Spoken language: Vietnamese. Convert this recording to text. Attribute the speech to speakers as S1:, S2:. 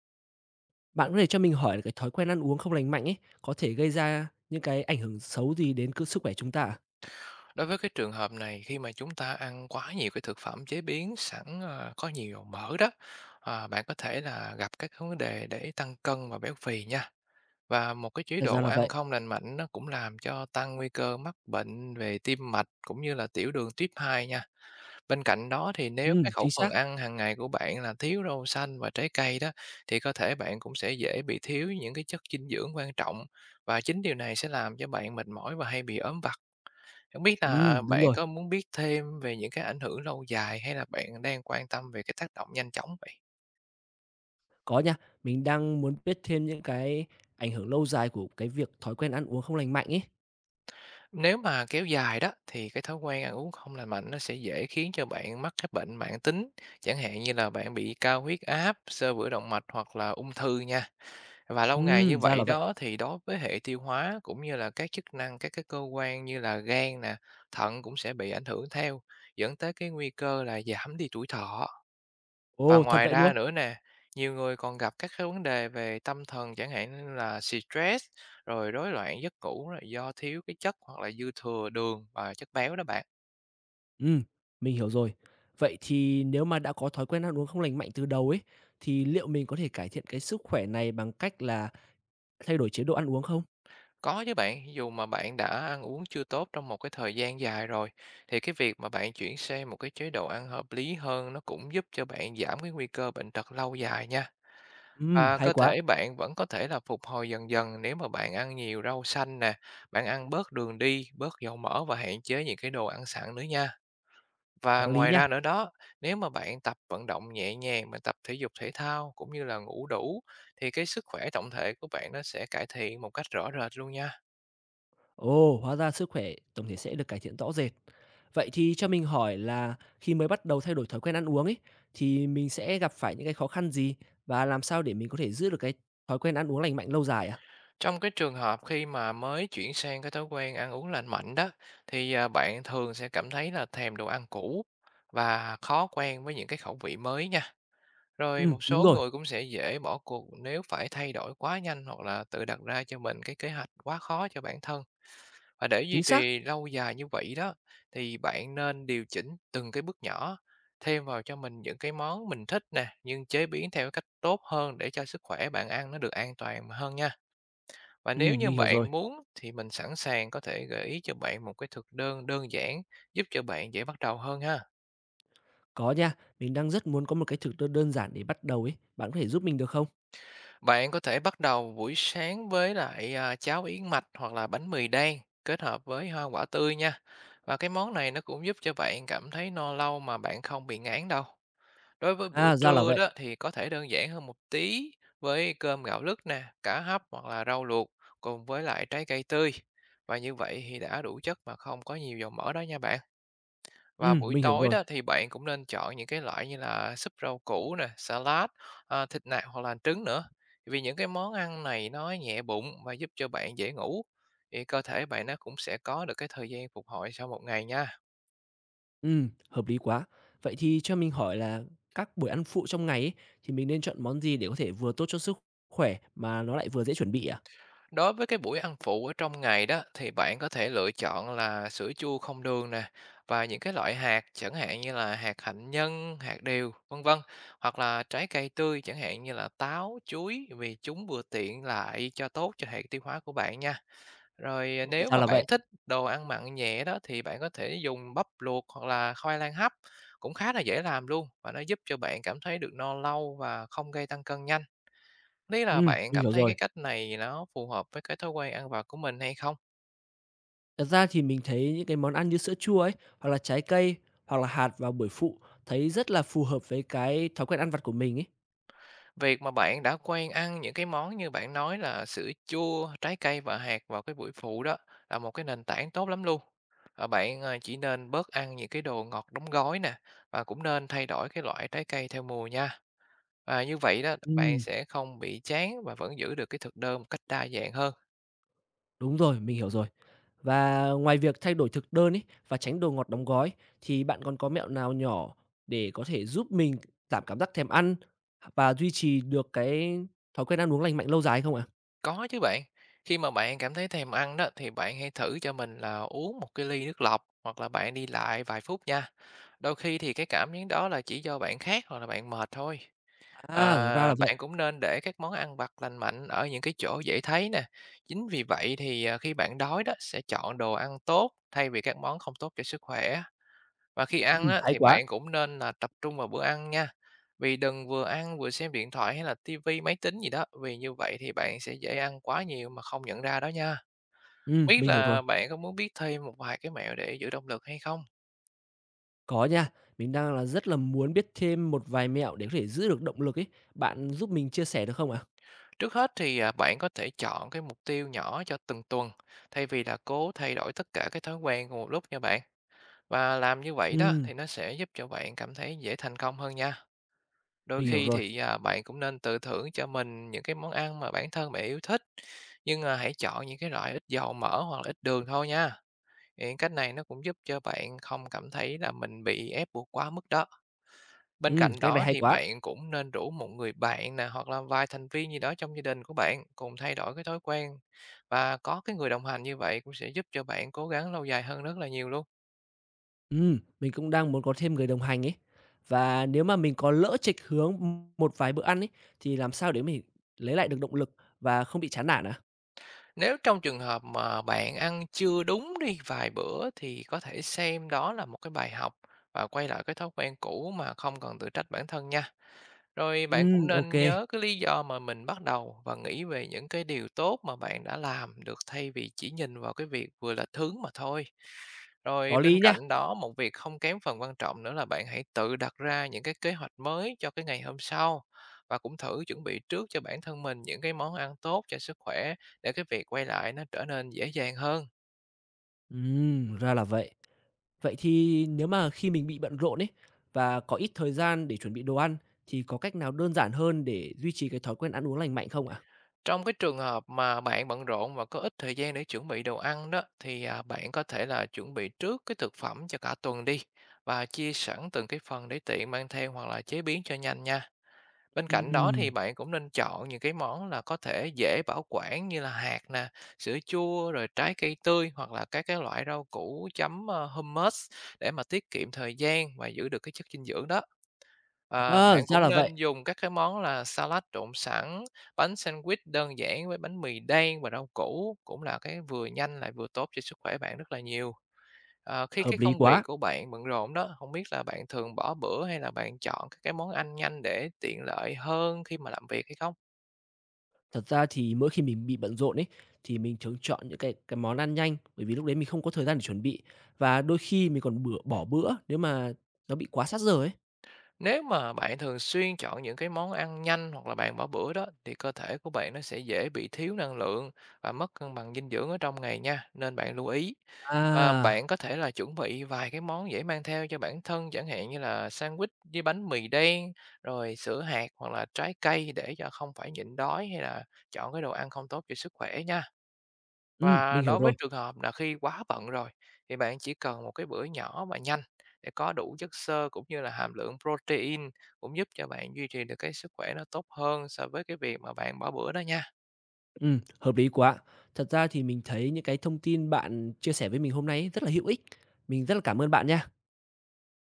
S1: Bạn có thể cho mình hỏi là cái thói quen ăn uống không lành mạnh ấy, có thể gây ra những cái ảnh hưởng xấu gì đến cơ sức khỏe chúng ta à?
S2: Đối với cái trường hợp này, khi mà chúng ta ăn quá nhiều cái thực phẩm chế biến sẵn, có nhiều dầu mỡ đó, bạn có thể là gặp các vấn đề để tăng cân và béo phì nha. Và một cái chế
S1: À, ra
S2: độ
S1: là
S2: ăn
S1: vậy.
S2: không lành mạnh nó cũng làm cho tăng nguy cơ mắc bệnh về tim mạch cũng như là tiểu đường type 2 nha. Bên cạnh đó thì nếu cái
S1: Chính
S2: khẩu phần
S1: xác.
S2: ăn hàng ngày của bạn là thiếu rau xanh và trái cây đó, thì có thể bạn cũng sẽ dễ bị thiếu những cái chất dinh dưỡng quan trọng, và chính điều này sẽ làm cho bạn mệt mỏi và hay bị ốm vặt. Không biết là
S1: Đúng
S2: bạn
S1: rồi,
S2: có muốn biết thêm về những cái ảnh hưởng lâu dài, hay là bạn đang quan tâm về cái tác động nhanh chóng vậy?
S1: có nha. Mình đang muốn biết thêm những cái ảnh hưởng lâu dài của cái việc thói quen ăn uống không lành mạnh ấy.
S2: Nếu mà kéo dài đó thì cái thói quen ăn uống không lành mạnh nó sẽ dễ khiến cho bạn mắc các bệnh mãn tính, chẳng hạn như là bạn bị cao huyết áp, xơ vữa động mạch hoặc là ung thư nha. Và lâu ngày như
S1: Ra là
S2: vậy
S1: vậy.
S2: đó thì đối với hệ tiêu hóa, cũng như là các chức năng các cái cơ quan như là gan nè, thận cũng sẽ bị ảnh hưởng theo, dẫn tới cái nguy cơ là giảm đi tuổi thọ. Và
S1: Ồ, thật
S2: ngoài
S1: vậy luôn?
S2: ra nữa nè, nhiều người còn gặp các cái vấn đề về tâm thần, chẳng hạn như là stress, rồi rối loạn giấc ngủ, là do thiếu cái chất hoặc là dư thừa đường và chất béo đó bạn.
S1: Ừm, mình hiểu rồi. Vậy thì nếu mà đã có thói quen ăn uống không lành mạnh từ đầu ấy, thì liệu mình có thể cải thiện cái sức khỏe này bằng cách là thay đổi chế độ ăn uống không?
S2: Có chứ bạn, dù mà bạn đã ăn uống chưa tốt trong một cái thời gian dài rồi, thì cái việc mà bạn chuyển sang một cái chế độ ăn hợp lý hơn nó cũng giúp cho bạn giảm cái nguy cơ bệnh tật lâu dài nha. Và
S1: Hay
S2: cơ
S1: quá,
S2: thể bạn vẫn có thể là phục hồi dần dần, nếu mà bạn ăn nhiều rau xanh nè, bạn ăn bớt đường đi, bớt dầu mỡ và hạn chế những cái đồ ăn sẵn nữa nha.
S1: có
S2: Và
S1: lý
S2: ngoài
S1: nha.
S2: ra nữa đó, nếu mà bạn tập vận động nhẹ nhàng, bạn tập thể dục thể thao cũng như là ngủ đủ, thì cái sức khỏe tổng thể của bạn nó sẽ cải thiện một cách rõ rệt luôn nha.
S1: Ồ, hóa ra sức khỏe tổng thể sẽ được cải thiện rõ rệt. Vậy thì cho mình hỏi là khi mới bắt đầu thay đổi thói quen ăn uống ấy, thì mình sẽ gặp phải những cái khó khăn gì và làm sao để mình có thể giữ được cái thói quen ăn uống lành mạnh lâu dài à?
S2: Trong cái trường hợp khi mà mới chuyển sang cái thói quen ăn uống lành mạnh đó, thì bạn thường sẽ cảm thấy là thèm đồ ăn cũ và khó quen với những cái khẩu vị mới nha. Rồi
S1: Ừ,
S2: một
S1: đúng
S2: số
S1: rồi,
S2: người cũng sẽ dễ bỏ cuộc nếu phải thay đổi quá nhanh, hoặc là tự đặt ra cho mình cái kế hoạch quá khó cho bản thân. Và để duy
S1: chính xác.
S2: trì lâu dài như vậy đó, thì bạn nên điều chỉnh từng cái bước nhỏ, thêm vào cho mình những cái món mình thích nè, nhưng chế biến theo cách tốt hơn để cho sức khỏe, bạn ăn nó được an toàn hơn nha. Và
S1: Ừ,
S2: nếu như
S1: mình hiểu rồi.
S2: bạn muốn thì mình sẵn sàng có thể gợi ý cho bạn một cái thực đơn đơn giản, giúp cho bạn dễ bắt đầu hơn ha.
S1: Có nha, mình đang rất muốn có một cái thực đơn đơn giản để bắt đầu ấy. Bạn có thể giúp mình được không?
S2: Bạn có thể bắt đầu buổi sáng với lại cháo yến mạch hoặc là bánh mì đen, kết hợp với hoa quả tươi nha. Và cái món này nó cũng giúp cho bạn cảm thấy no lâu mà bạn không bị ngán đâu. Đối với bữa
S1: À, ra là
S2: trưa
S1: vậy.
S2: đó thì có thể đơn giản hơn một tí, với cơm gạo lứt nè, cá hấp hoặc là rau luộc, cùng với lại trái cây tươi. Và như vậy thì đã đủ chất mà không có nhiều dầu mỡ đó nha bạn.
S1: Ừ,
S2: Và buổi
S1: mình hiểu
S2: tối
S1: rồi.
S2: đó thì bạn cũng nên chọn những cái loại như là súp rau củ nè, salad, thịt nạc hoặc là trứng nữa. Vì những cái món ăn này nó nhẹ bụng và giúp cho bạn dễ ngủ. Thì cơ thể bạn nó cũng sẽ có được cái thời gian phục hồi sau một ngày nha.
S1: Ừ, hợp lý quá. Vậy thì cho mình hỏi là các buổi ăn phụ trong ngày ấy, thì mình nên chọn món gì để có thể vừa tốt cho sức khỏe mà nó lại vừa dễ chuẩn bị ạ?
S2: Đối với cái buổi ăn phụ ở trong ngày đó, thì bạn có thể lựa chọn là sữa chua không đường nè, và những cái loại hạt chẳng hạn như là hạt hạnh nhân, hạt điều, vân vân, hoặc là trái cây tươi chẳng hạn như là táo, chuối, vì chúng vừa tiện lại cho tốt cho hệ tiêu hóa của bạn nha. Rồi
S1: Ồ,
S2: nếu
S1: ra
S2: mà
S1: là
S2: bạn
S1: vậy.
S2: thích đồ ăn mặn nhẹ đó, thì bạn có thể dùng bắp luộc hoặc là khoai lang hấp, cũng khá là dễ làm luôn, và nó giúp cho bạn cảm thấy được no lâu và không gây tăng cân nhanh. Lý là bạn
S1: Mình
S2: cảm
S1: hiểu
S2: thấy
S1: rồi.
S2: cái cách này nó phù hợp với cái thói quen ăn vặt của mình hay không?
S1: Thật ra thì mình thấy những cái món ăn như sữa chua ấy, hoặc là trái cây, hoặc là hạt vào buổi phụ thấy rất là phù hợp với cái thói quen ăn vặt của mình ấy.
S2: Việc mà bạn đã quen ăn những cái món như bạn nói là sữa chua, trái cây và hạt vào cái buổi phụ đó, là một cái nền tảng tốt lắm luôn. Và bạn à, chỉ nên bớt ăn những cái đồ ngọt đóng gói nè, và cũng nên thay đổi cái loại trái cây theo mùa nha. Và như vậy đó, bạn
S1: Ừm,
S2: sẽ không bị chán và vẫn giữ được cái thực đơn một cách đa dạng hơn.
S1: đúng rồi, mình hiểu rồi. Và ngoài việc thay đổi thực đơn ấy và tránh đồ ngọt đóng gói thì bạn còn có mẹo nào nhỏ để có thể giúp mình giảm cảm giác thèm ăn và duy trì được cái thói quen ăn uống lành mạnh lâu dài không ạ?
S2: Có chứ bạn. Khi mà bạn cảm thấy thèm ăn đó, thì bạn hãy thử cho mình là uống một cái ly nước lọc, hoặc là bạn đi lại vài phút nha. Đôi khi thì cái cảm giác đó là chỉ do bạn khát hoặc là bạn mệt thôi.
S1: À, ra
S2: À,
S1: là
S2: bạn
S1: vậy.
S2: cũng nên để các món ăn vặt lành mạnh ở những cái chỗ dễ thấy nè. Chính vì vậy thì khi bạn đói đó sẽ chọn đồ ăn tốt, thay vì các món không tốt cho sức khỏe. Và khi ăn á,
S1: Hay
S2: thì
S1: quá.
S2: bạn cũng nên là tập trung vào bữa ăn nha. Vì đừng vừa ăn vừa xem điện thoại hay là tivi, máy tính gì đó. Vì như vậy thì bạn sẽ dễ ăn quá nhiều mà không nhận ra đó nha. Biết
S1: Mình hiểu rồi.
S2: là bạn có muốn biết thêm một vài cái mẹo để giữ động lực hay không?
S1: Có nha, mình đang là rất là muốn biết thêm một vài mẹo để có thể giữ được động lực ấy. Bạn giúp mình chia sẻ được không ạ?
S2: Trước hết thì bạn có thể chọn cái mục tiêu nhỏ cho từng tuần, thay vì là cố thay đổi tất cả cái thói quen cùng một lúc nha bạn. Và làm như vậy đó
S1: Ừm,
S2: thì nó sẽ giúp cho bạn cảm thấy dễ thành công hơn nha. Đôi
S1: mình hiểu
S2: khi
S1: rồi.
S2: thì, bạn cũng nên tự thưởng cho mình những cái món ăn mà bản thân bạn yêu thích, nhưng, hãy chọn những cái loại ít dầu mỡ hoặc là ít đường thôi nha. Hiện cách này nó cũng giúp cho bạn không cảm thấy là mình bị ép buộc quá mức đó. Bên cạnh
S1: Cách này
S2: đó
S1: hay
S2: thì
S1: quá.
S2: bạn cũng nên rủ một người bạn nè, hoặc là vài thành viên gì đó trong gia đình của bạn cùng thay đổi cái thói quen. Và có cái người đồng hành như vậy cũng sẽ giúp cho bạn cố gắng lâu dài hơn rất là nhiều luôn.
S1: Mình cũng đang muốn có thêm người đồng hành ấy. Và nếu mà mình có lỡ chệch hướng một vài bữa ăn ấy, thì làm sao để mình lấy lại được động lực và không bị chán nản ạ?
S2: Nếu trong trường hợp mà bạn ăn chưa đúng đi vài bữa, thì có thể xem đó là một cái bài học, và quay lại cái thói quen cũ mà không cần tự trách bản thân nha. Rồi bạn cũng
S1: Ok,
S2: nên nhớ cái lý do mà mình bắt đầu, và nghĩ về những cái điều tốt mà bạn đã làm được, thay vì chỉ nhìn vào cái việc vừa là thứ mà thôi. Rồi
S1: có
S2: bên
S1: lý
S2: cạnh
S1: nha.
S2: đó, một việc không kém phần quan trọng nữa là bạn hãy tự đặt ra những cái kế hoạch mới cho cái ngày hôm sau, và cũng thử chuẩn bị trước cho bản thân mình những cái món ăn tốt cho sức khỏe, để cái việc quay lại nó trở nên dễ dàng hơn.
S1: Ra là vậy. Vậy thì nếu mà khi mình bị bận rộn ấy và có ít thời gian để chuẩn bị đồ ăn thì có cách nào đơn giản hơn để duy trì cái thói quen ăn uống lành mạnh không ạ?
S2: Trong cái trường hợp mà bạn bận rộn và có ít thời gian để chuẩn bị đồ ăn đó, thì bạn có thể là chuẩn bị trước cái thực phẩm cho cả tuần đi, và chia sẵn từng cái phần để tiện mang theo hoặc là chế biến cho nhanh nha. Bên cạnh đó thì
S1: Ừm,
S2: bạn cũng nên chọn những cái món là có thể dễ bảo quản, như là hạt nè, sữa chua, rồi trái cây tươi, hoặc là các cái loại rau củ chấm hummus, để mà tiết kiệm thời gian và giữ được cái chất dinh dưỡng đó. À, bạn
S1: ra
S2: cũng
S1: là vậy,
S2: nên dùng các cái món là salad trộn sẵn, bánh sandwich đơn giản với bánh mì đen và rau củ, cũng là cái vừa nhanh lại vừa tốt cho sức khỏe bạn rất là nhiều. Khi
S1: hợp
S2: cái
S1: lý
S2: công việc
S1: quá.
S2: của bạn bận rộn đó, không biết là bạn thường bỏ bữa, hay là bạn chọn các cái món ăn nhanh để tiện lợi hơn khi mà làm việc hay không?
S1: Thật ra thì mỗi khi mình bị bận rộn ấy, thì mình thường chọn những cái món ăn nhanh, bởi vì lúc đấy mình không có thời gian để chuẩn bị, và đôi khi mình còn bữa bỏ bữa nếu mà nó bị quá sát giờ ấy.
S2: Nếu mà bạn thường xuyên chọn những cái món ăn nhanh hoặc là bạn bỏ bữa đó, thì cơ thể của bạn nó sẽ dễ bị thiếu năng lượng và mất cân bằng dinh dưỡng ở trong ngày nha, nên bạn lưu ý.
S1: À,
S2: Bạn có thể là chuẩn bị vài cái món dễ mang theo cho bản thân, chẳng hạn như là sandwich với bánh mì đen, rồi sữa hạt hoặc là trái cây, để cho không phải nhịn đói hay là chọn cái đồ ăn không tốt cho sức khỏe nha. Và
S1: mình hiểu
S2: đối với
S1: rồi,
S2: trường hợp là khi quá bận rồi, thì bạn chỉ cần một cái bữa nhỏ và nhanh, để có đủ chất xơ cũng như là hàm lượng protein, cũng giúp cho bạn duy trì được cái sức khỏe nó tốt hơn so với cái việc mà bạn bỏ bữa đó nha.
S1: hợp lý quá. Thật ra thì mình thấy những cái thông tin bạn chia sẻ với mình hôm nay ấy rất là hữu ích. Mình rất là cảm ơn bạn nha.